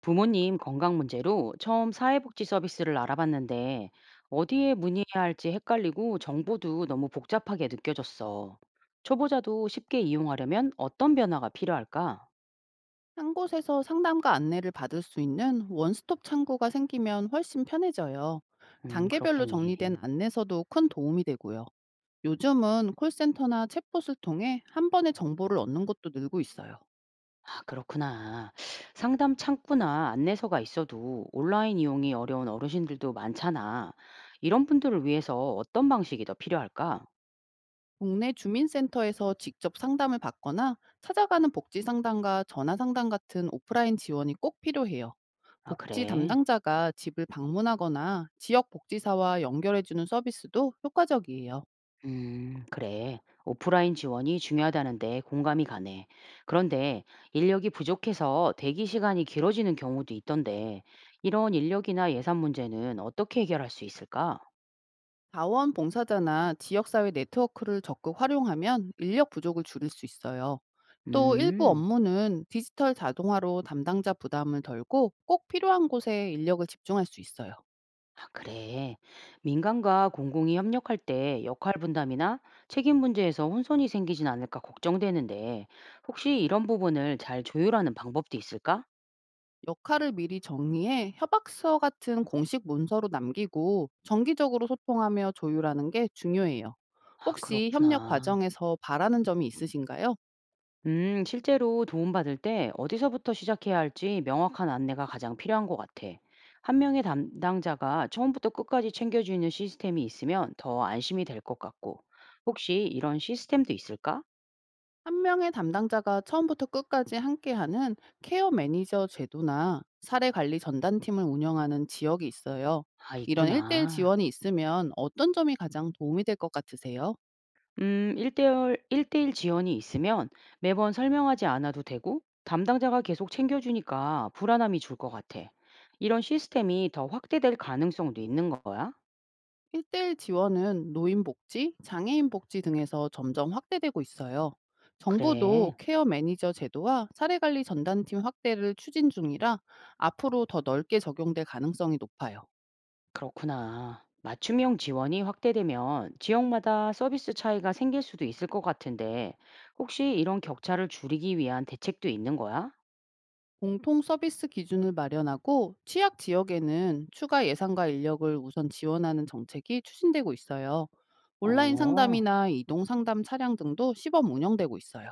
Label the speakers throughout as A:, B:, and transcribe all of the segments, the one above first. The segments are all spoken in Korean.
A: 부모님 건강 문제로 처음 사회복지 서비스를 알아봤는데 어디에 문의해야 할지 헷갈리고 정보도 너무 복잡하게 느껴졌어. 초보자도 쉽게 이용하려면 어떤 변화가 필요할까?
B: 한 곳에서 상담과 안내를 받을 수 있는 원스톱 창구가 생기면 훨씬 편해져요. 단계별로
A: 그렇겠네.
B: 정리된 안내서도 큰 도움이 되고요. 요즘은 콜센터나 챗봇을 통해 한 번에 정보를 얻는 것도 늘고 있어요.
A: 아, 그렇구나. 상담 창구나 안내서가 있어도 온라인 이용이 어려운 어르신들도 많잖아. 이런 분들을 위해서 어떤 방식이 더 필요할까?
B: 국내 주민센터에서 직접 상담을 받거나 찾아가는 복지 상담과 전화 상담 같은 오프라인 지원이 꼭 필요해요.
A: 아,
B: 복지
A: 그래.
B: 담당자가 집을 방문하거나 지역 복지사와 연결해주는 서비스도 효과적이에요.
A: 그래. 오프라인 지원이 중요하다는데 공감이 가네. 그런데 인력이 부족해서 대기 시간이 길어지는 경우도 있던데, 이런 인력이나 예산 문제는 어떻게 해결할 수 있을까?
B: 자원봉사자나 지역사회 네트워크를 적극 활용하면 인력 부족을 줄일 수 있어요. 또 일부
A: 음,
B: 업무는 디지털 자동화로 담당자 부담을 덜고 꼭 필요한 곳에 인력을 집중할 수 있어요.
A: 아, 그래. 민간과 공공이 협력할 때 역할 분담이나 책임 문제에서 혼선이 생기진 않을까 걱정되는데, 혹시 이런 부분을 잘 조율하는 방법도 있을까?
B: 역할을 미리 정리해 협약서 같은 공식 문서로 남기고 정기적으로 소통하며 조율하는 게 중요해요.
A: 아,
B: 혹시 협력
A: 그렇구나.
B: 과정에서 바라는 점이 있으신가요?
A: 실제로 도움받을 때 어디서부터 시작해야 할지 명확한 안내가 가장 필요한 것 같아. 한 명의 담당자가 처음부터 끝까지 챙겨주는 시스템이 있으면 더 안심이 될 것 같고, 혹시 이런 시스템도 있을까?
B: 한 명의 담당자가 처음부터 끝까지 함께하는 케어 매니저 제도나 사례 관리 전담팀을 운영하는 지역이 있어요.
A: 아,
B: 이런 1대1
A: 있구나.
B: 지원이 있으면 어떤 점이 가장 도움이 될 것 같으세요?
A: 일대일 지원이 있으면 매번 설명하지 않아도 되고, 담당자가 계속 챙겨주니까 불안함이 줄 것 같아. 이런 시스템이 더 확대될 가능성도 있는 거야?
B: 1대1 지원은 노인 복지, 장애인 복지 등에서 점점 확대되고 있어요. 정부도
A: 그래.
B: 케어 매니저 제도와 사례 관리 전담팀 확대를 추진 중이라 앞으로 더 넓게 적용될 가능성이 높아요.
A: 그렇구나. 맞춤형 지원이 확대되면 지역마다 서비스 차이가 생길 수도 있을 것 같은데, 혹시 이런 격차를 줄이기 위한 대책도 있는 거야?
B: 공통 서비스 기준을 마련하고 취약 지역에는 추가 예산과 인력을 우선 지원하는 정책이 추진되고 있어요. 온라인
A: 어,
B: 상담이나 이동 상담 차량 등도 시범 운영되고 있어요.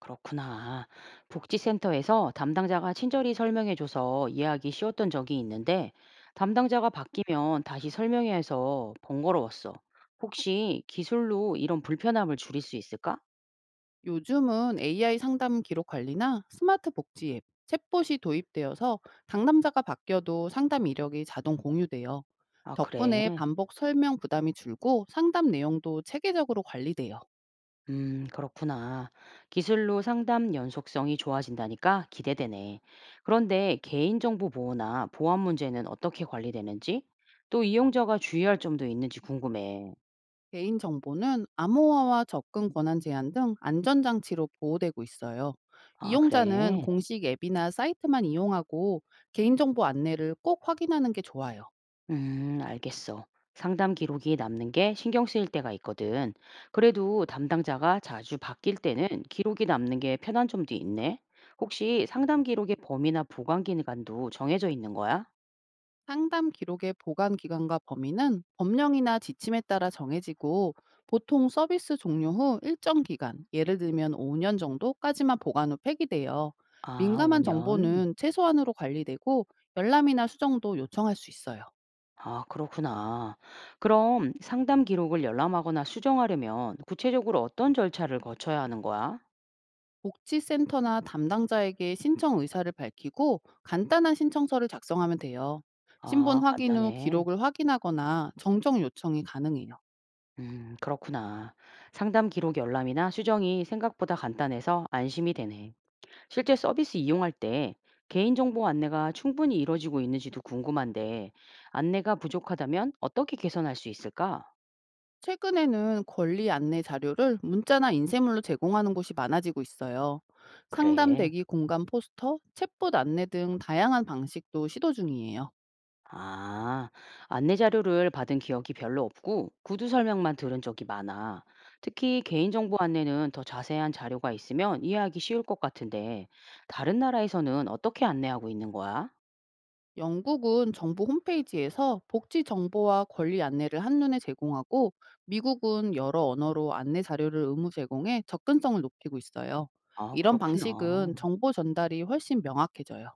A: 그렇구나. 복지센터에서 담당자가 친절히 설명해줘서 이해하기 쉬웠던 적이 있는데, 담당자가 바뀌면 다시 설명해야 해서 번거로웠어. 혹시 기술로 이런 불편함을 줄일 수 있을까?
B: 요즘은 AI 상담 기록 관리나 스마트 복지 앱, 챗봇이 도입되어서 당담자가 바뀌어도 상담 이력이 자동 공유돼요.
A: 아, 그래.
B: 덕분에 반복 설명 부담이 줄고 상담 내용도 체계적으로 관리돼요.
A: 그렇구나. 기술로 상담 연속성이 좋아진다니까 기대되네. 그런데 개인정보 보호나 보안 문제는 어떻게 관리되는지, 또 이용자가 주의할 점도 있는지 궁금해.
B: 개인정보는 암호화와 접근 권한 제한 등 안전장치로 보호되고 있어요.
A: 아,
B: 이용자는
A: 그래?
B: 공식 앱이나 사이트만 이용하고 개인정보 안내를 꼭 확인하는 게 좋아요.
A: 알겠어. 상담 기록이 남는 게 신경 쓰일 때가 있거든. 그래도 담당자가 자주 바뀔 때는 기록이 남는 게 편한 점도 있네. 혹시 상담 기록의 범위나 보관 기간도 정해져 있는 거야?
B: 상담 기록의 보관 기간과 범위는 법령이나 지침에 따라 정해지고 보통 서비스 종료 후 일정 기간, 예를 들면 5년 정도까지만 보관 후 폐기돼요.
A: 아,
B: 민감한
A: 5년.
B: 정보는 최소한으로 관리되고 열람이나 수정도 요청할 수 있어요.
A: 아, 그렇구나. 그럼 상담 기록을 열람하거나 수정하려면 구체적으로 어떤 절차를 거쳐야 하는 거야?
B: 복지센터나 담당자에게 신청 의사를 밝히고 간단한 신청서를 작성하면 돼요. 신분
A: 아,
B: 확인 후
A: 간단해.
B: 기록을 확인하거나 정정 요청이 가능해요.
A: 그렇구나. 상담 기록 열람이나 수정이 생각보다 간단해서 안심이 되네. 실제 서비스 이용할 때 개인정보 안내가 충분히 이루어지고 있는지도 궁금한데, 안내가 부족하다면 어떻게 개선할 수 있을까?
B: 최근에는 권리 안내 자료를 문자나 인쇄물로 제공하는 곳이 많아지고 있어요. 상담
A: 그래.
B: 대기 공간 포스터, 챗봇 안내 등 다양한 방식도 시도 중이에요.
A: 아, 안내 자료를 받은 기억이 별로 없고 구두 설명만 들은 적이 많아. 특히 개인정보 안내는 더 자세한 자료가 있으면 이해하기 쉬울 것 같은데 다른 나라에서는 어떻게 안내하고 있는 거야?
B: 영국은 정부 홈페이지에서 복지 정보와 권리 안내를 한눈에 제공하고 미국은 여러 언어로 안내 자료를 의무 제공해 접근성을 높이고 있어요.
A: 아,
B: 이런
A: 그렇구나.
B: 방식은 정보 전달이 훨씬 명확해져요.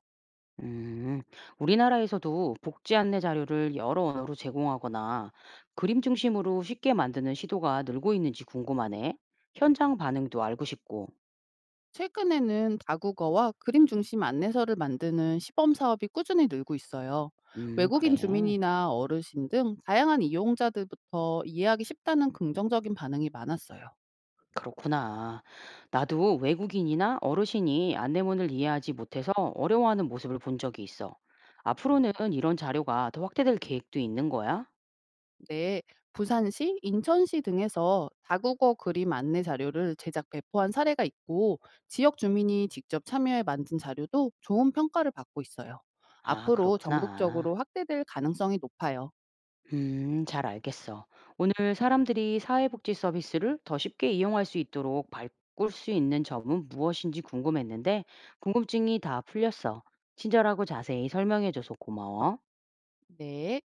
A: 음, 우리나라에서도 복지 안내 자료를 여러 언어로 제공하거나 그림 중심으로 쉽게 만드는 시도가 늘고 있는지 궁금하네. 현장 반응도 알고 싶고.
B: 최근에는 다국어와 그림 중심 안내서를 만드는 시범 사업이 꾸준히 늘고 있어요. 외국인
A: 그래.
B: 주민이나 어르신 등 다양한 이용자들부터 이해하기 쉽다는 긍정적인 반응이 많았어요.
A: 그렇구나. 나도 외국인이나 어르신이 안내문을 이해하지 못해서 어려워하는 모습을 본 적이 있어. 앞으로는 이런 자료가 더 확대될 계획도 있는 거야?
B: 네, 부산시, 인천시 등에서 다국어 그림 안내 자료를 제작 배포한 사례가 있고 지역 주민이 직접 참여해 만든 자료도 좋은 평가를 받고 있어요.
A: 아,
B: 앞으로 전국적으로
A: 그렇구나.
B: 확대될 가능성이 높아요.
A: 잘 알겠어. 오늘 사람들이 사회복지 서비스를 더 쉽게 이용할 수 있도록 바꿀 수 있는 점은 무엇인지 궁금했는데, 궁금증이 다 풀렸어. 친절하고 자세히 설명해줘서 고마워.
B: 네.